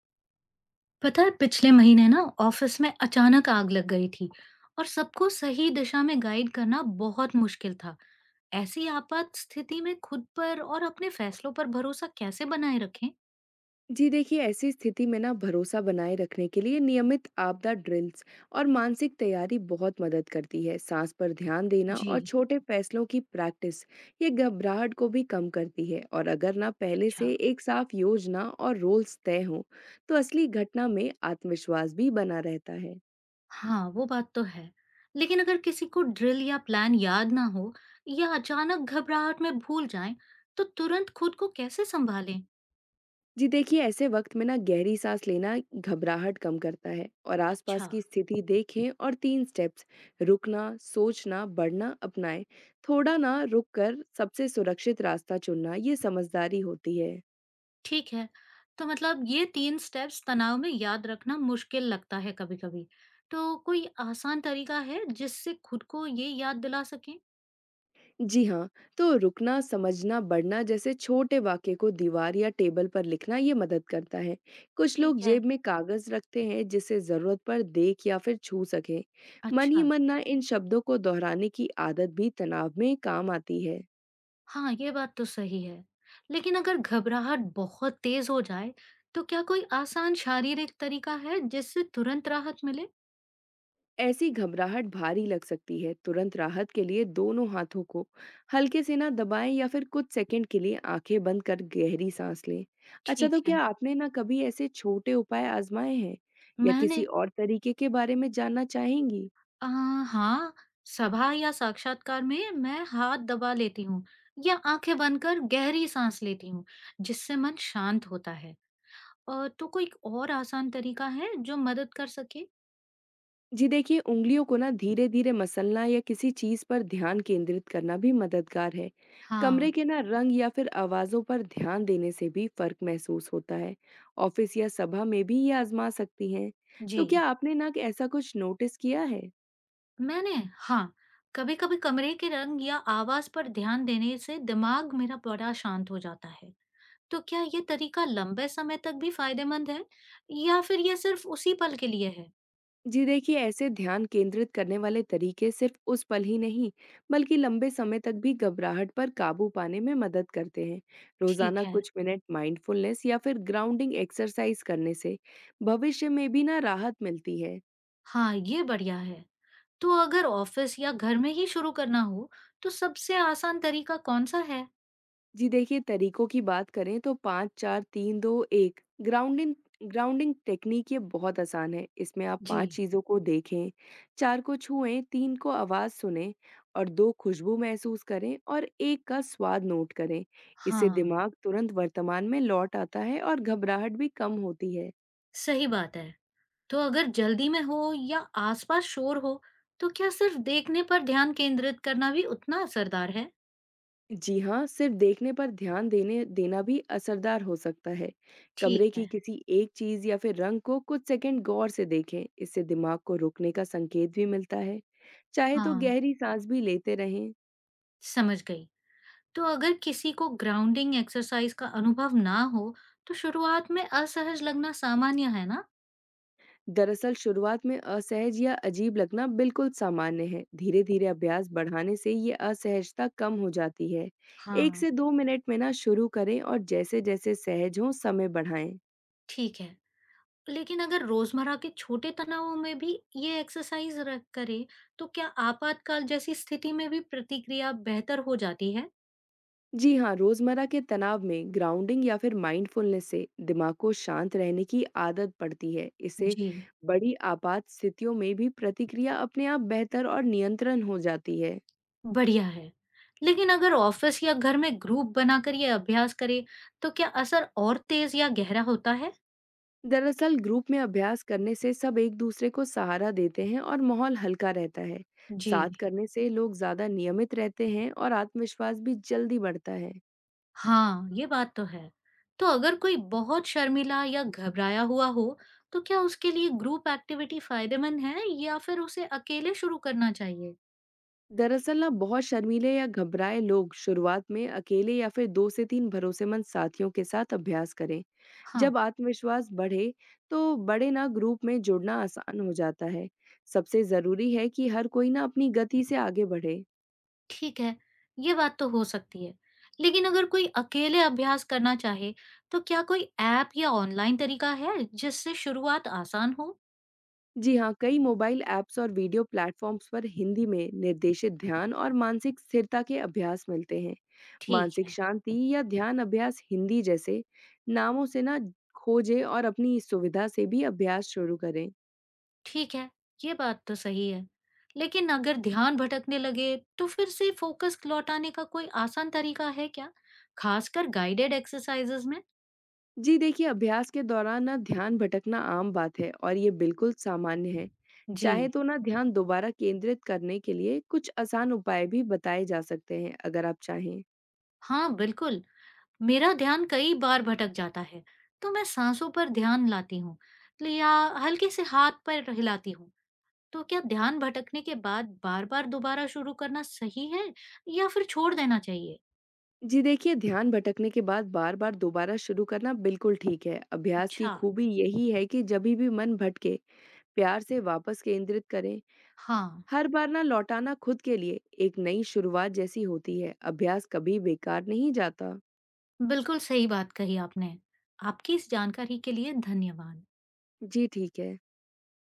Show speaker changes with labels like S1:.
S1: पता है पिछले महीने ना ऑफिस में अचानक आग लग गई थी। और सबको सही दिशा में गाइड करना बहुत मुश्किल था। ऐसी आपात स्थिति में खुद पर और अपने फैसलों पर भरोसा कैसे बनाए रखें?
S2: जी देखिए ऐसी स्थिति में ना भरोसा बनाए रखने के लिए नियमित आपदा ड्रिल्स और मानसिक तैयारी बहुत मदद करती है। सांस पर ध्यान देना
S1: जी।
S2: और छोटे फैसलों की प्रैक्टिस ये घबराहट को भी कम करती है। और अगर ना पहले
S1: अच्छा।
S2: से एक साफ योजना और रोल्स तय हों तो असली घटना में आत्मविश्वास भी बना रहता है।
S1: हाँ, वो बात तो है। लेकिन अगर किसी को ड्रिल या प्लान याद ना हो, या अचानक घबराहट में भूल जाए, तो तुरंत खुद को कैसे संभालें?
S2: जी देखिए, ऐसे वक़्त में ना गहरी साँस लेना घबराहट कम करता है और आसपास
S1: अच्छा।
S2: की स्थिति देखें और 3 स्टेप्स रुकना, सोचना, बढ़ना अपनाएँ। थोड़ा ना रुककर सबसे सुरक्षित रास्ता चुनना ये समझदारी होती है।
S1: ठीक है। तो मतलब ये 3 स्टेप्स तनाव में याद रखना मुश्किल लगता है कभी-कभी। तो कोई आसान तरीका है जिससे खुद को ये याद दिला सकें?
S2: जी हाँ, तो रुकना, समझना, बढ़ना जैसे छोटे वाक्य को दीवार या टेबल पर लिखना ये मदद करता है। कुछ लोग
S1: ठीक है,
S2: जेब में कागज़ रखते हैं जिसे ज़रूरत पर देख या फिर छू सकें। मन ही
S1: अच्छा।
S2: मन ना इन शब्दों को दोहराने की आदत भी तनाव में काम आती है।
S1: हाँ, ये बात तो सही है। लेकिन अगर घबराहट बहुत तेज़ हो जाए, तो क्या कोई आसान शारीरिक तरीका है जिससे तुरंत राहत मिले?
S2: ऐसी घबराहट भारी लग सकती है। तुरंत राहत के लिए दोनों हाथों को हल्के से ना दबाएं या फिर कुछ सेकंड के लिए आंखें बंद कर गहरी सांस लें। अच्छा
S1: ठीक
S2: तो
S1: है।
S2: क्या आपने ना कभी ऐसे छोटे उपाय आजमाए हैं या
S1: मैंने
S2: किसी और तरीके के बारे में जानना चाहेंगी?
S1: हाँ, सभा या साक्षात्कार में मैं हाथ दबा लेती हूँ, या आंखें बंद कर गहरी सांस लेती हूँ, जिससे मन शांत होता है। तो कोई और आसान तरीका है जो मदद कर सके?
S2: जी देखिए उंगलियों को ना धीरे धीरे मसलना या किसी चीज पर ध्यान केंद्रित करना भी मददगार है।
S1: हाँ,
S2: कमरे के ना रंग या फिर आवाजों पर ध्यान देने से भी फर्क महसूस होता है। ऑफिस या सभा में भी ये आजमा सकती हैं।
S1: जी।
S2: तो क्या आपने ना ऐसा कुछ नोटिस किया है?
S1: मैंने हाँ, कभी-कभी कमरे के रंग या आवाज पर ध्यान देने से दिमाग मेरा बड़ा शांत हो जाता है। तो क्या ये तरीका लंबे समय तक भी फायदेमंद है, या फिर ये सिर्फ उसी पल के लिए है?
S2: जी देखिए ऐसे ध्यान केंद्रित करने वाले तरीके सिर्फ उस पल ही नहीं बल्कि लंबे समय तक भी घबराहट पर काबू पाने में मदद करते हैं। रोजाना
S1: ठीक है।
S2: कुछ मिनट माइंडफुलनेस या फिर ग्राउंडिंग एक्सरसाइज करने से भविष्य में भी ना राहत मिलती है।
S1: हाँ, ये बढ़िया है। तो अगर ऑफिस या घर में ही शुरू करना हो, तो सबसे आसान तरीका कौन सा है?
S2: जी देखिए तरीकों की बात करें तो पाँच चार तीन दो एक ग्राउंडिंग ग्राउंडिंग टेक्निक ये बहुत आसान है। इसमें आप
S1: जी।
S2: पांच चीजों को देखें, चार को छुएं, तीन को आवाज सुने, और दो खुशबू महसूस करें और एक का स्वाद नोट करें। इससे
S1: हाँ।
S2: दिमाग तुरंत वर्तमान में लौट आता है और घबराहट भी कम होती है।
S1: सही बात है। तो अगर जल्दी में हो या आसपास शोर हो, तो क्या सिर्फ देखने पर ध्यान केंद्रित करना भी उतना असरदार है?
S2: जी हाँ, सिर्फ देखने पर ध्यान देने देना भी असरदार हो सकता है।
S1: ठीक
S2: कमरे की
S1: है।
S2: किसी एक चीज़ या फिर रंग को कुछ सेकंड गौर से देखें, इससे दिमाग को रुकने का संकेत भी मिलता है। चाहे तो
S1: हाँ,
S2: गहरी सांस भी लेते रहें।
S1: समझ गई। तो अगर किसी को ग्राउंडिंग एक्सरसाइज का अनुभव ना हो, तो शुरुआत में असहज लगना सामान्य है ना?
S2: दरअसल शुरुआत में असहज या अजीब लगना बिल्कुल सामान्य है। धीरे-धीरे अभ्यास बढ़ाने से ये असहजता कम हो जाती है। 1
S1: हाँ।
S2: से 2 मिनट में ना शुरू करें और जैसे-जैसे सहज हों समय बढ़ाएं।
S1: ठीक है। लेकिन अगर रोजमर्रा के छोटे तनावों में भी ये एक्सरसाइज र करें, तो क्या आपातकाल जैसी स्थिति में भी प्रतिक्रिया बेहतर हो जाती है?
S2: जी हाँ, रोजमर्रा के तनाव में ग्राउंडिंग या फिर माइंडफुलनेस से दिमाग को शांत रहने की आदत पड़ती है। इससे
S1: जी,
S2: बड़ी आपात स्थितियों में भी प्रतिक्रिया अपने आप बेहतर और नियंत्रण हो जाती है।
S1: बढ़िया है। लेकिन अगर ऑफिस या घर में ग्रुप बनाकर ये अभ्यास करें, तो क्या असर और तेज या गहरा होता है?
S2: दरअसल ग्रुप में अभ्यास करने से सब एक दूसरे को सहारा देते हैं और माहौल हल्का रहता है।
S1: जी,
S2: साथ करने से लोग ज्यादा नियमित रहते हैं और आत्मविश्वास भी जल्दी बढ़ता है।
S1: हाँ, ये बात तो है। तो अगर कोई बहुत शर्मीला या घबराया हुआ हो, तो क्या उसके लिए ग्रुप एक्टिविटी फायदेमंद है, या फिर उसे अकेले शुरू करना चाहिए?
S2: दरअसल ना बहुत शर्मीले या घबराए लोग शुरुआत में अकेले या फिर दो से तीन भरोसेमंद साथियों के साथ अभ्यास करें।
S1: हाँ।
S2: जब आत्मविश्वास बढ़े तो बड़े ना ग्रुप में जुड़ना आसान हो जाता है। सबसे जरूरी है कि हर कोई ना अपनी गति से आगे बढ़े।
S1: ठीक है, ये बात तो हो सकती है। लेकिन अगर कोई अकेले अभ्यास करना चाहे, तो क्या कोई ऐप या ऑनलाइन तरीका है जिससे शुरुआत आसान हो?
S2: जी हाँ, कई मोबाइल ऐप्स और वीडियो प्लेटफॉर्म्स पर हिंदी में निर्देशित ध्यान और मानसिक स्थिरता के अभ्यास मिलते हैं।
S1: ठीक
S2: मानसिक
S1: है।
S2: शांति या ध्यान अभ्यास हिंदी जैसे नामों से ना खोजें और अपनी इस सुविधा से भी अभ्यास शुरू करें।
S1: ठीक है, ये बात तो सही है। लेकिन अगर ध्यान भटकने लगे, तो फिर से फोकस लौटाने का कोई आसान तरीका है क्या? खासकर गाइडेड एक्सरसाइजेज में?
S2: जी देखिए अभ्यास के दौरान ना ध्यान भटकना आम बात है और ये बिल्कुल सामान्य है।
S1: जी
S2: चाहे तो ना ध्यान दोबारा केंद्रित करने के लिए कुछ आसान उपाय भी बताए जा सकते हैं अगर आप चाहें।
S1: हाँ, बिल्कुल। मेरा ध्यान कई बार भटक जाता है, तो मैं सांसों पर ध्यान लाती हूँ, या हल्के से हाथ पर हिलाती हूँ। तो क्या ध्यान भटकने के बाद बार-बार दोबारा शुरू करना सही है, या फिर छोड़ देना चाहिए?
S2: जी देखिए, ध्यान भटकने के बाद बार-बार दोबारा शुरू करना बिल्कुल ठीक है। अभ्यास की
S1: अच्छा,
S2: खूबी यही है कि जभी भी मन भटके, प्यार से वापस केंद्रित करें।
S1: हाँ,
S2: हर बार ना लौटाना खुद के लिए एक नई शुरुआत जैसी होती है। अभ्यास कभी बेकार नहीं जाता।
S1: बिल्कुल सही बात कही आपने। आपकी इस जानकारी के लिए धन्यवाद।
S2: जी, ठीक है।